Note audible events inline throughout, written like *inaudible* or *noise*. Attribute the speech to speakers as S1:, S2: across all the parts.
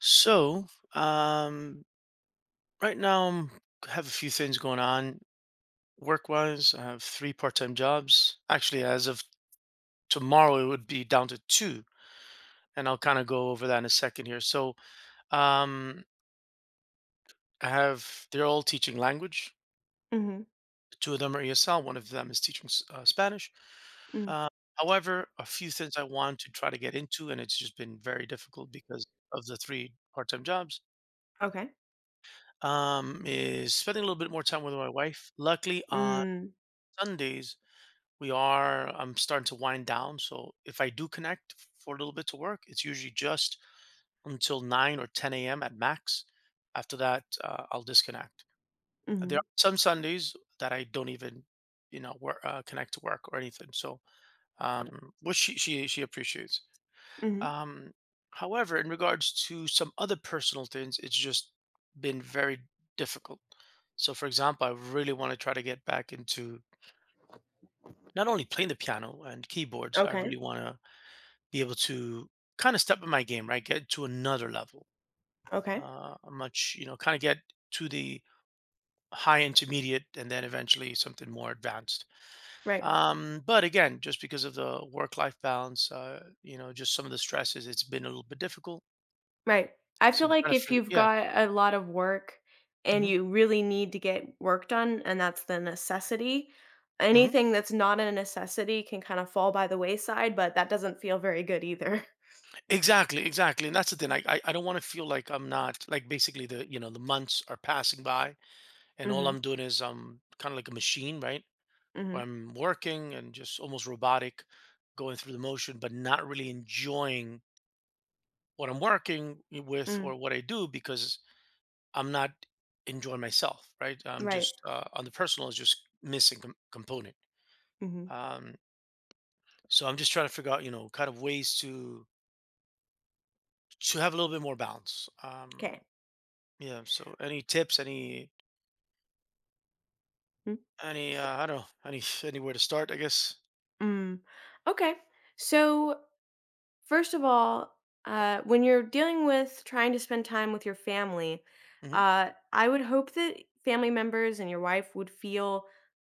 S1: So, um, right now have a few things going on work-wise. I have three part-time jobs. Actually, as of tomorrow, it would be down to two, and I'll kind of go over that in a second here. Um, I have They're all teaching language.
S2: Mhm,
S1: Two of them are ESL. One of them is teaching Spanish.
S2: mm,
S1: Uh, however, a few things I want to try to get into, and it's just been very difficult because of the three part-time jobs.
S2: okay.
S1: Is spending a little bit more time with my wife. Luckily, on
S2: Mm,
S1: Sundays, we are I'm starting to wind down, so if I do connect for a little bit to work, it's usually just until 9 or 10 a.m. at max. After that, I'll disconnect. There
S2: mhm,
S1: are some Sundays that I don't even, work, connect to work or anything. Which she appreciates.
S2: mhm,
S1: Um, however, in regards to some other personal things, it's just been very difficult. So, for example, I really want to try to get back into not only playing the piano and keyboards. I
S2: okay,
S1: really want to be able to kind of step in my game, right? Get to another level,
S2: okay,
S1: a much, you know, kind of get to the high intermediate and then eventually something more advanced.
S2: right,
S1: But again, just because of the work life balance, just some of the stresses, it's been a little bit difficult.
S2: right. I feel
S1: So I'm
S2: like
S1: trying to
S2: if you've
S1: yeah.
S2: got a lot of work and
S1: hmm
S2: you really need to get work done, and that's the necessity,
S1: hmm
S2: anything that's not a necessity can kind of fall by the wayside, but that doesn't feel very good either. *laughs*
S1: Exactly, exactly. And that's the thing. I don't want to feel like I'm not like basically the you know the months are passing by and all
S2: Mhm,
S1: I'm doing is I'm kind of like a machine, right? Where
S2: mhm,
S1: I'm working and just almost robotic, going through the motion, but not really enjoying what I'm working with
S2: mm,
S1: or what I do because I'm not enjoying myself, right? I'm
S2: right.
S1: just on the personal is just missing component.
S2: Mm-hmm.
S1: Um, so I'm just trying to figure out, you know, kind of ways to have a little bit more balance.
S2: Okay.
S1: Yeah. So any tips? Any
S2: Mm,
S1: any? I don't know. Any *laughs* anywhere to start? I guess.
S2: mm, okay, so first of all, when you're dealing with trying to spend time with your family,
S1: hmm
S2: I would hope that family members and your wife would feel,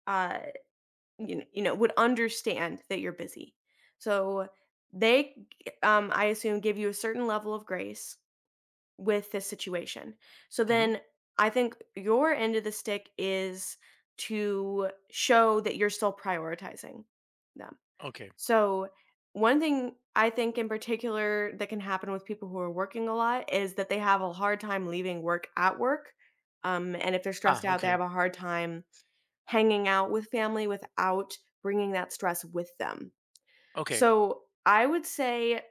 S2: uh, you, kn- you know, would understand that you're busy. So I assume, give you a certain level of grace with this situation. So
S1: hmm
S2: then I think your end of the stick is to show that you're still prioritizing them.
S1: Okay.
S2: So, one thing I think in particular that can happen with people who are working a lot is that they have a hard time leaving work at work. And if they're stressed
S1: Ah.
S2: out, they
S1: Okay.
S2: have a hard time hanging out with family without bringing that stress with them.
S1: Okay.
S2: So, I would say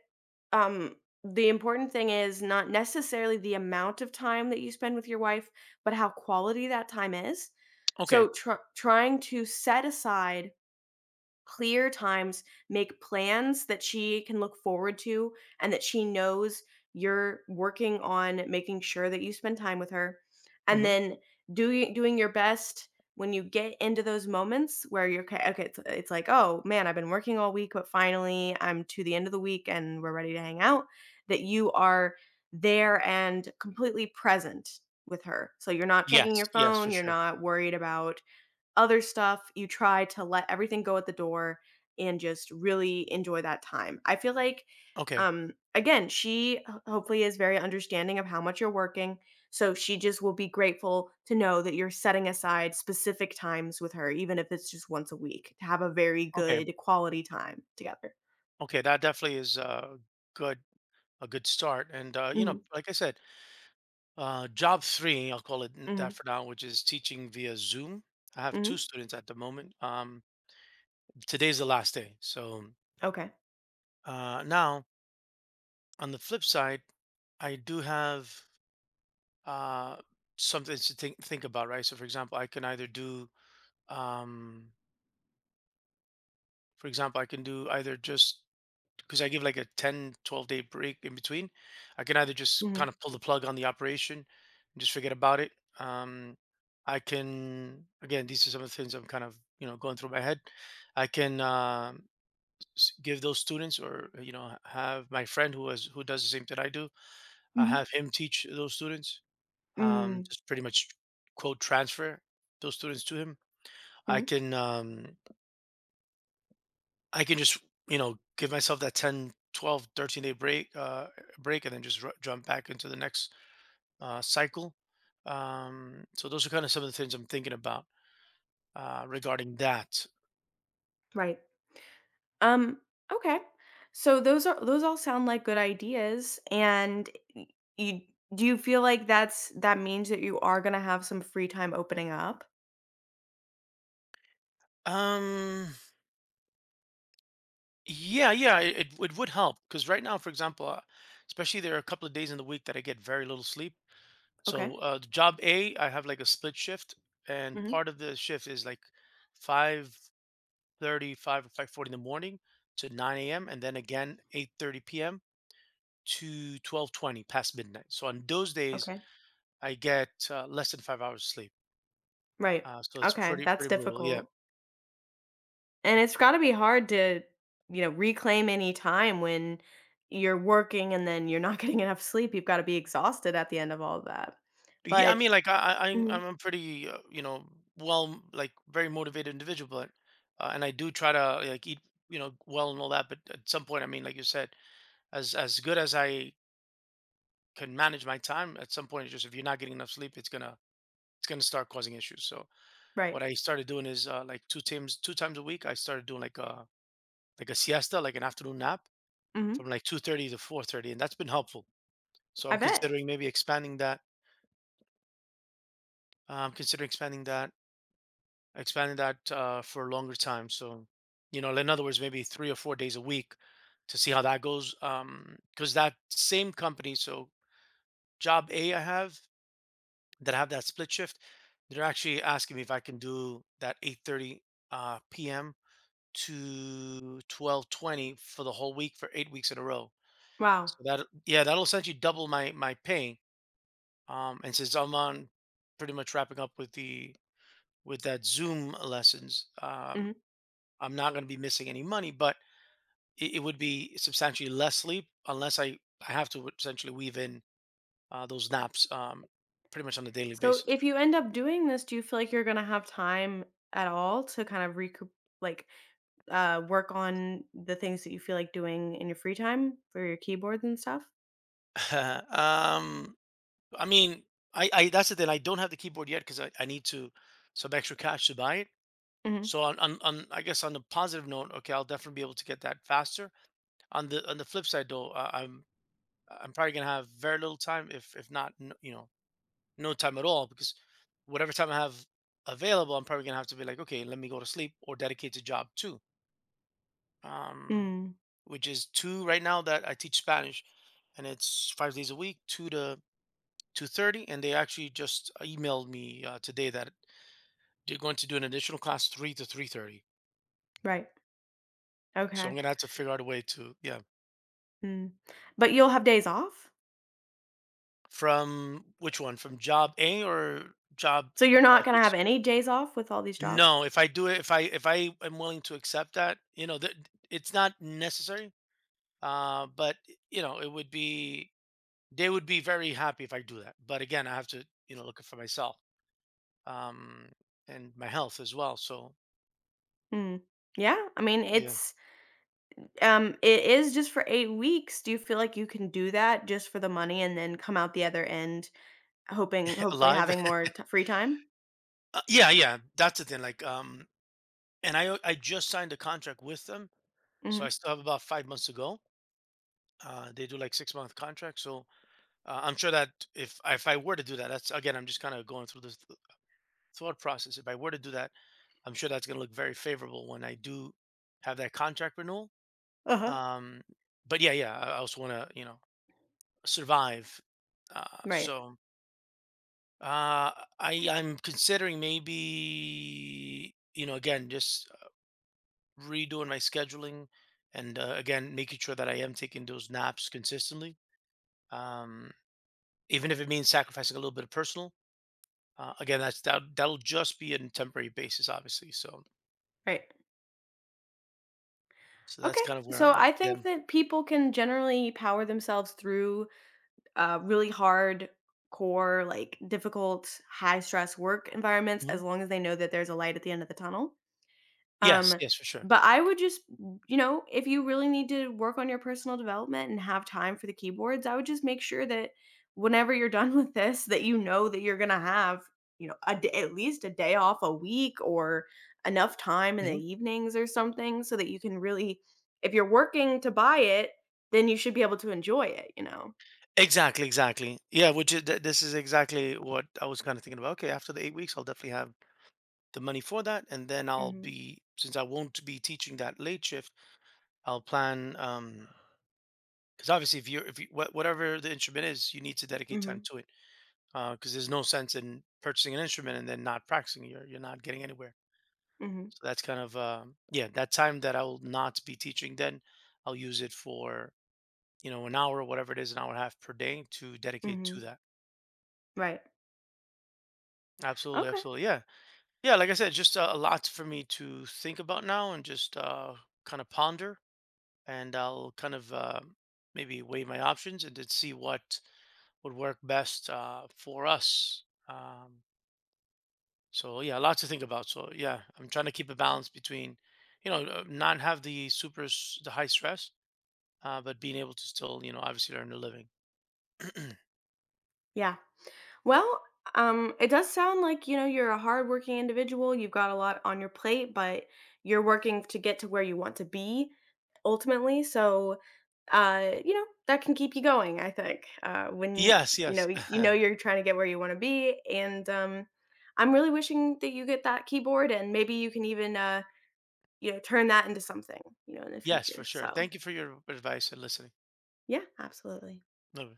S2: um, the important thing is not necessarily the amount of time that you spend with your wife, but how quality that time is.
S1: Okay.
S2: So, trying to set aside clear times, make plans that she can look forward to and that she knows you're working on making sure that you spend time with her. And
S1: hmm
S2: then doing your best when you get into those moments where you're okay, it's like, "Oh, man, I've been working all week, but finally I'm to the end of the week and we're ready to hang out." That you are there and completely present with her. So you're not checking
S1: Yes.
S2: your
S1: Yes.
S2: phone,
S1: For
S2: you're
S1: sure.
S2: not worried about other stuff, you try to let everything go at the door and just really enjoy that time. I feel like,
S1: Okay.
S2: again, hopefully is very understanding of how much you're working. So she just will be grateful to know that you're setting aside specific times with her, even if it's just once a week, to have a very
S1: Okay.
S2: good quality time together.
S1: Okay. That definitely is good a good start. And you know,
S2: Mm-hmm.
S1: like I said, job three, I'll call it
S2: Mm-hmm.
S1: that for now, which is teaching via Zoom. I have
S2: Mm-hmm.
S1: two students at the moment. Today's the last day. So
S2: Okay.
S1: now, on the flip side, I do have uh, something to think about, right? So, for example, um, I can do either just because I give like a 10, 12 day break in between. I can either just
S2: Mm-hmm.
S1: kind of pull the plug on the operation and just forget about it. Um, I can, again, these are some of the things I'm kind of, you know, going through my head. I can give those students or have my friend who does the same thing I do,
S2: Mm-hmm.
S1: have him teach those students,
S2: Mm-hmm.
S1: just pretty much quote transfer those students to him. I
S2: Mm-hmm.
S1: can, um, I can just, you know, give myself that 10, 12, 13 day break, and then just jump back into the next cycle. So those are kind of some of the things I'm thinking about regarding that.
S2: Right. Um, okay. So those all sound like good ideas and y- you, do you feel like that's that means that you are going to have some free time opening up?
S1: Um, yeah, it would help because right now, for example, especially there are a couple of days in the week that I get very little sleep.
S2: Okay.
S1: So the job A, I have like a split shift, and
S2: Mhm.
S1: part of the shift is like 5:30, 5 or 5:40 in the morning to 9 a.m. and then again 8:30 p.m. to 12:20 past midnight. So on those days,
S2: Okay.
S1: I get less than 5 hours sleep.
S2: Right.
S1: So it's
S2: Okay, that's
S1: pretty brutal. Yeah,
S2: difficult. And it's got to be hard to, you know, reclaim any time when you're working and then you're not *laughs* getting enough sleep. You've got to be exhausted at the end of all of that.
S1: yeah. I
S2: But
S1: mean, like I'm
S2: mhm,
S1: a pretty, very motivated individual, but and I do try to like eat, you know, well and all that. But at some point, I mean, like you said, as good as I can manage my time, at some point, it's just if you're not getting enough sleep, it's gonna start causing issues. So
S2: right.
S1: what I started doing is like two times a week, I started doing like a siesta, like an afternoon nap from
S2: Mhm.
S1: like 2:30 to 4:30, and that's been helpful. So
S2: I
S1: I'm
S2: bet.
S1: considering maybe expanding that. i considering expanding that, expanding that for a longer time. So, you know, in other words, maybe 3 or 4 days a week to see how that goes. Because that same company, so job A I have that split shift, they're actually asking me if I can do that 8:30 p.m. to 12:20 for the whole week for 8 weeks in a row.
S2: Wow.
S1: So that, yeah, that'll essentially double my pay. And since I'm on pretty much wrapping up with the with that Zoom lessons,
S2: Mm-hmm.
S1: I'm not going to be missing any money, but it would be substantially less sleep unless I have to essentially weave in those naps, pretty much on a daily
S2: So
S1: basis.
S2: if you end up doing this, do you feel like you're gonna have time at all to kind of recoup like, work on the things that you feel like doing in your free time for your keyboards and stuff?
S1: *laughs* um, I mean, I that's the thing. I don't have the keyboard yet because I need to some extra cash to buy it.
S2: Hmm.
S1: So on I guess on the positive note, okay, I'll definitely be able to get that faster. On the flip side, though, I'm probably gonna have very little time, if not, you know, no time at all, because whatever time I have available, I'm probably gonna have to be like, okay, let me go to sleep or dedicate to job two, um,
S2: Mm,
S1: which is two right now that I teach Spanish, and it's 5 days a week, 2 to 2:30, and they actually just emailed me today that they're going to do an additional class 3 to 3:30.
S2: right.
S1: So
S2: Okay.
S1: I'm gonna have to figure out a way to yeah,
S2: Mm. But you'll have days off?
S1: from which one, from job A or job
S2: So you're not gonna have
S1: teaching
S2: any days off with all these jobs?
S1: No, if I do it, if I am willing to accept that, you know, that it's not necessary. But you know, it would be they would be very happy if I do that. But again, I have to, you know, look out for myself, um, and my health as well. So
S2: Mm. Yeah. I mean
S1: yeah,
S2: it's it is just for 8 weeks. Do you feel like you can do that just for the money and then come out the other end hoping,
S1: *laughs*
S2: hopefully
S1: alive.
S2: having
S1: *laughs*
S2: more free time?
S1: Yeah, that's the thing. And I just signed a contract with them, so
S2: Hmm.
S1: I still have about 5 months to go. They do like 6 month contracts, so I'm sure that if I were to do that, that's again, I'm just kind of going through the thought process. If I were to do that, I'm sure that's going to look very favorable when I do have that contract renewal.
S2: Uh-huh.
S1: Um, but yeah, I also want to, you know, survive. Uh,
S2: Right.
S1: so uh, I'm considering maybe, you know, again, just redoing my scheduling and again making sure that I am taking those naps consistently, um, even if it means sacrificing a little bit of personal. Again, that'll just be on a temporary basis, obviously. So
S2: Right.
S1: so that's
S2: Okay.
S1: kind of where
S2: So
S1: I'm at.
S2: I
S1: Yeah.
S2: think that people can generally power themselves through really hard core, like difficult, high stress work environments
S1: hmm
S2: as long as they know that there's a light at the end of the tunnel.
S1: Yes.
S2: Um,
S1: Yes, for sure.
S2: but I would just, you know, if you really need to work on your personal development and have time for the keyboards, I would just make sure that whenever you're *laughs* done with this, that you know that you're gonna have, you know, a day, at least a day off a week or enough time in the
S1: Mm-hmm.
S2: evenings or something so that you can really, if you're working to buy it, then you should be able to enjoy it, you know?
S1: Exactly, exactly. Yeah, which is, this is exactly what I was kind of thinking about. Okay, after the 8 weeks, I'll definitely have the money for that, and then I'll
S2: Mhm.
S1: be, since I won't be teaching that late shift, I'll plan um, because obviously if you're if you, wha- whatever the instrument is, you need to dedicate time
S2: Mhm.
S1: to it because there's no sense in purchasing an instrument and then not practicing. You're not getting anywhere.
S2: Mhm.
S1: So that's kind of yeah, that time that I will not be teaching. Then I'll use it for, you know, an hour, or whatever it is, an hour and a half per day to dedicate to
S2: Mhm.
S1: that.
S2: Right.
S1: Absolutely,
S2: Okay.
S1: absolutely. Yeah. Yeah, like I said, just a lot for me to think about now and just kind of ponder, and I'll kind of maybe weigh my options and then see what would work best for us. Um, so yeah, a lot to think about. So yeah, I'm trying to keep a balance between, you know, not have the super the high stress, but being able to still, you know, obviously earn a living. *clears throat*
S2: Yeah. Well, it does sound like, you know, you're a hardworking individual. You've got a lot on your plate, but you're working to get to where you want to be ultimately. So, you know, that can keep you going, I think.
S1: Yes,
S2: You
S1: *laughs*
S2: know you're trying to get where you want to be and I'm really wishing that you get that keyboard and maybe you can even, you know, turn that into something, you know, in the
S1: yes, for
S2: future.
S1: sure.
S2: So,
S1: Thank you for your advice and listening.
S2: yeah, absolutely.
S1: No